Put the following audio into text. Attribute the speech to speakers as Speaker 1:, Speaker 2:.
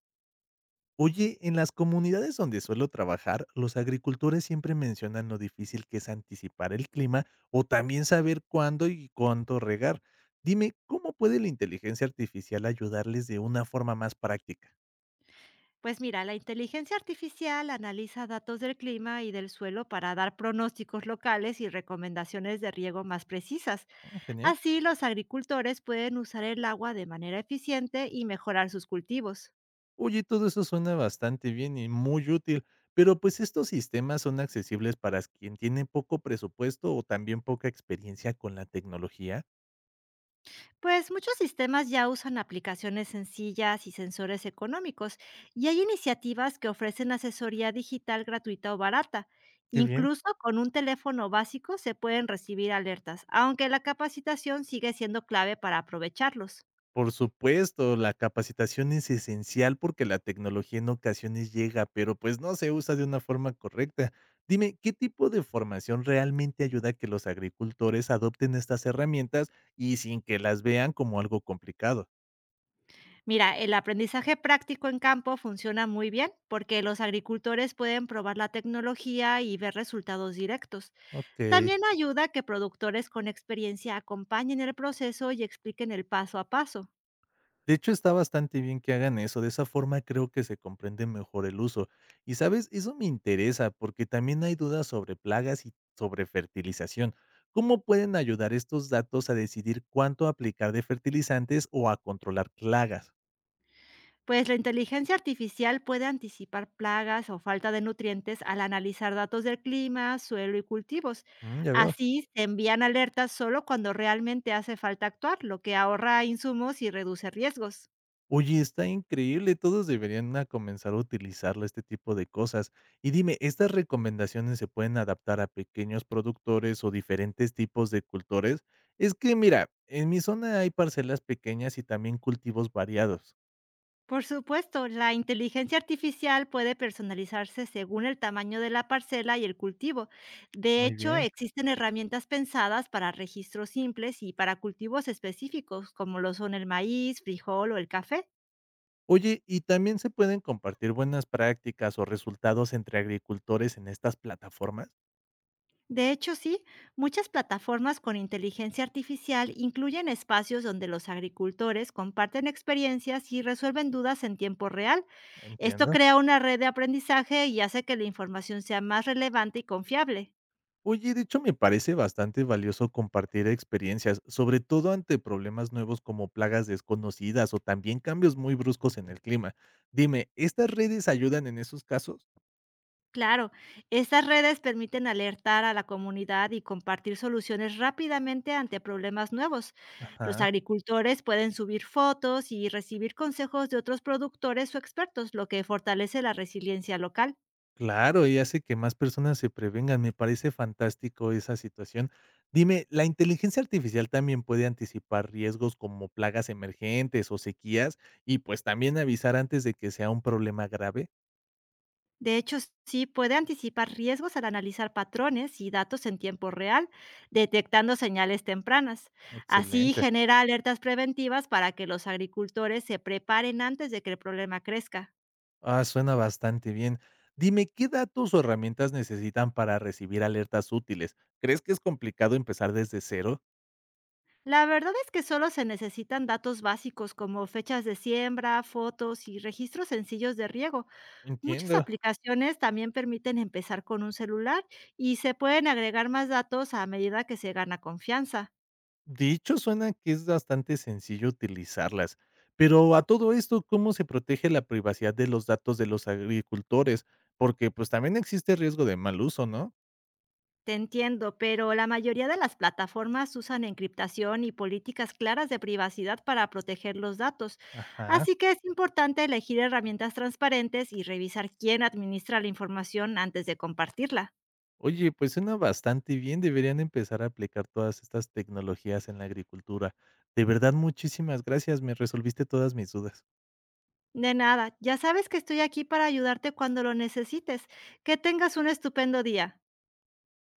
Speaker 1: Oye, en las comunidades donde suelo trabajar, los agricultores siempre mencionan lo difícil que es anticipar el clima o también saber cuándo y cuánto regar. Dime, ¿cómo puede la inteligencia artificial ayudarles de una forma más práctica?
Speaker 2: Pues mira, la inteligencia artificial analiza datos del clima y del suelo para dar pronósticos locales y recomendaciones de riego más precisas.
Speaker 1: Mm, genial.
Speaker 2: Así los agricultores pueden usar el agua de manera eficiente y mejorar sus cultivos.
Speaker 1: Oye, todo eso suena bastante bien y muy útil, pero pues estos sistemas son accesibles para quien tiene poco presupuesto o también poca experiencia con la tecnología.
Speaker 2: Pues muchos sistemas ya usan aplicaciones sencillas y sensores económicos y hay iniciativas que ofrecen asesoría digital gratuita o barata.
Speaker 1: Qué bien.
Speaker 2: Incluso con un teléfono básico se pueden recibir alertas, aunque la capacitación sigue siendo clave para aprovecharlos.
Speaker 1: Por supuesto, la capacitación es esencial porque la tecnología en ocasiones llega, pero pues no se usa de una forma correcta. Dime, ¿qué tipo de formación realmente ayuda a que los agricultores adopten estas herramientas y sin que las vean como algo complicado?
Speaker 2: Mira, el aprendizaje práctico en campo funciona muy bien porque los agricultores pueden probar la tecnología y ver resultados directos.
Speaker 1: Ok.
Speaker 2: También ayuda que productores con experiencia acompañen el proceso y expliquen el paso a paso,
Speaker 1: De hecho, está bastante bien que hagan eso, de esa forma creo que se comprende mejor el uso. Y sabes, eso me interesa porque también hay dudas sobre plagas y sobre fertilización. ¿Cómo pueden ayudar estos datos a decidir cuánto aplicar de fertilizantes o a controlar plagas?
Speaker 2: pues la inteligencia artificial puede anticipar plagas o falta de nutrientes al analizar datos del clima, suelo y cultivos.
Speaker 1: Mm, ya veo.
Speaker 2: Así se envían alertas solo cuando realmente hace falta actuar, lo que ahorra insumos y reduce riesgos.
Speaker 1: Oye, está increíble, todos deberían a comenzar a utilizarlo, este tipo de cosas. Y dime, ¿estas recomendaciones se pueden adaptar a pequeños productores o diferentes tipos de cultores? Es que mira, en mi zona hay parcelas pequeñas y también cultivos variados.
Speaker 2: Por supuesto, la inteligencia artificial puede personalizarse según el tamaño de la parcela y el cultivo. De
Speaker 1: Muy
Speaker 2: hecho,
Speaker 1: bien.
Speaker 2: existen herramientas pensadas para registros simples y para cultivos específicos, como lo son el maíz, frijol o el café.
Speaker 1: Oye, ¿y también se pueden compartir buenas prácticas o resultados entre agricultores en estas plataformas?
Speaker 2: De hecho, sí, muchas plataformas con inteligencia artificial incluyen espacios donde los agricultores comparten experiencias y resuelven dudas en tiempo real. Esto
Speaker 1: Entiendo.
Speaker 2: crea una red de aprendizaje y hace que la información sea más relevante y confiable.
Speaker 1: Oye, de hecho me parece bastante valioso compartir experiencias, sobre todo ante problemas nuevos como plagas desconocidas o también cambios muy bruscos en el clima. Dime, ¿estas redes ayudan en esos casos?
Speaker 2: Claro, estas redes permiten alertar a la comunidad y compartir soluciones rápidamente ante problemas nuevos. Los
Speaker 1: Ajá,
Speaker 2: agricultores pueden subir fotos y recibir consejos de otros productores o expertos, lo que fortalece la resiliencia local.
Speaker 1: claro, y hace que más personas se prevengan. Me parece fantástico esa situación. Dime, ¿la inteligencia artificial también puede anticipar riesgos como plagas emergentes o sequías y pues también avisar antes de que sea un problema grave?
Speaker 2: De hecho, sí puede anticipar riesgos al analizar patrones y datos en tiempo real, detectando señales tempranas. Así
Speaker 1: Excelente.
Speaker 2: genera alertas preventivas para que los agricultores se preparen antes de que el problema crezca.
Speaker 1: Ah, suena bastante bien. Dime, ¿qué datos o herramientas necesitan para recibir alertas útiles? ¿Crees que es complicado empezar desde cero?
Speaker 2: La verdad es que solo se necesitan datos básicos como fechas de siembra, fotos y registros sencillos de riego. Muchas
Speaker 1: Entiendo.
Speaker 2: aplicaciones también permiten empezar con un celular y se pueden agregar más datos a medida que se gana confianza.
Speaker 1: De hecho, suena que es bastante sencillo utilizarlas. Pero a todo esto, ¿cómo se protege la privacidad de los datos de los agricultores? Porque pues también existe riesgo de mal uso, ¿no?
Speaker 2: Te entiendo, pero la mayoría de las plataformas usan encriptación y políticas claras de privacidad para proteger los datos.
Speaker 1: Ajá.
Speaker 2: Así que es importante elegir herramientas transparentes y revisar quién administra la información antes de compartirla.
Speaker 1: Oye, pues suena bastante bien. Deberían empezar a aplicar todas estas tecnologías en la agricultura. De verdad, muchísimas gracias. Me resolviste todas mis dudas.
Speaker 2: De nada, ya sabes que estoy aquí para ayudarte cuando lo necesites. Que tengas un estupendo día.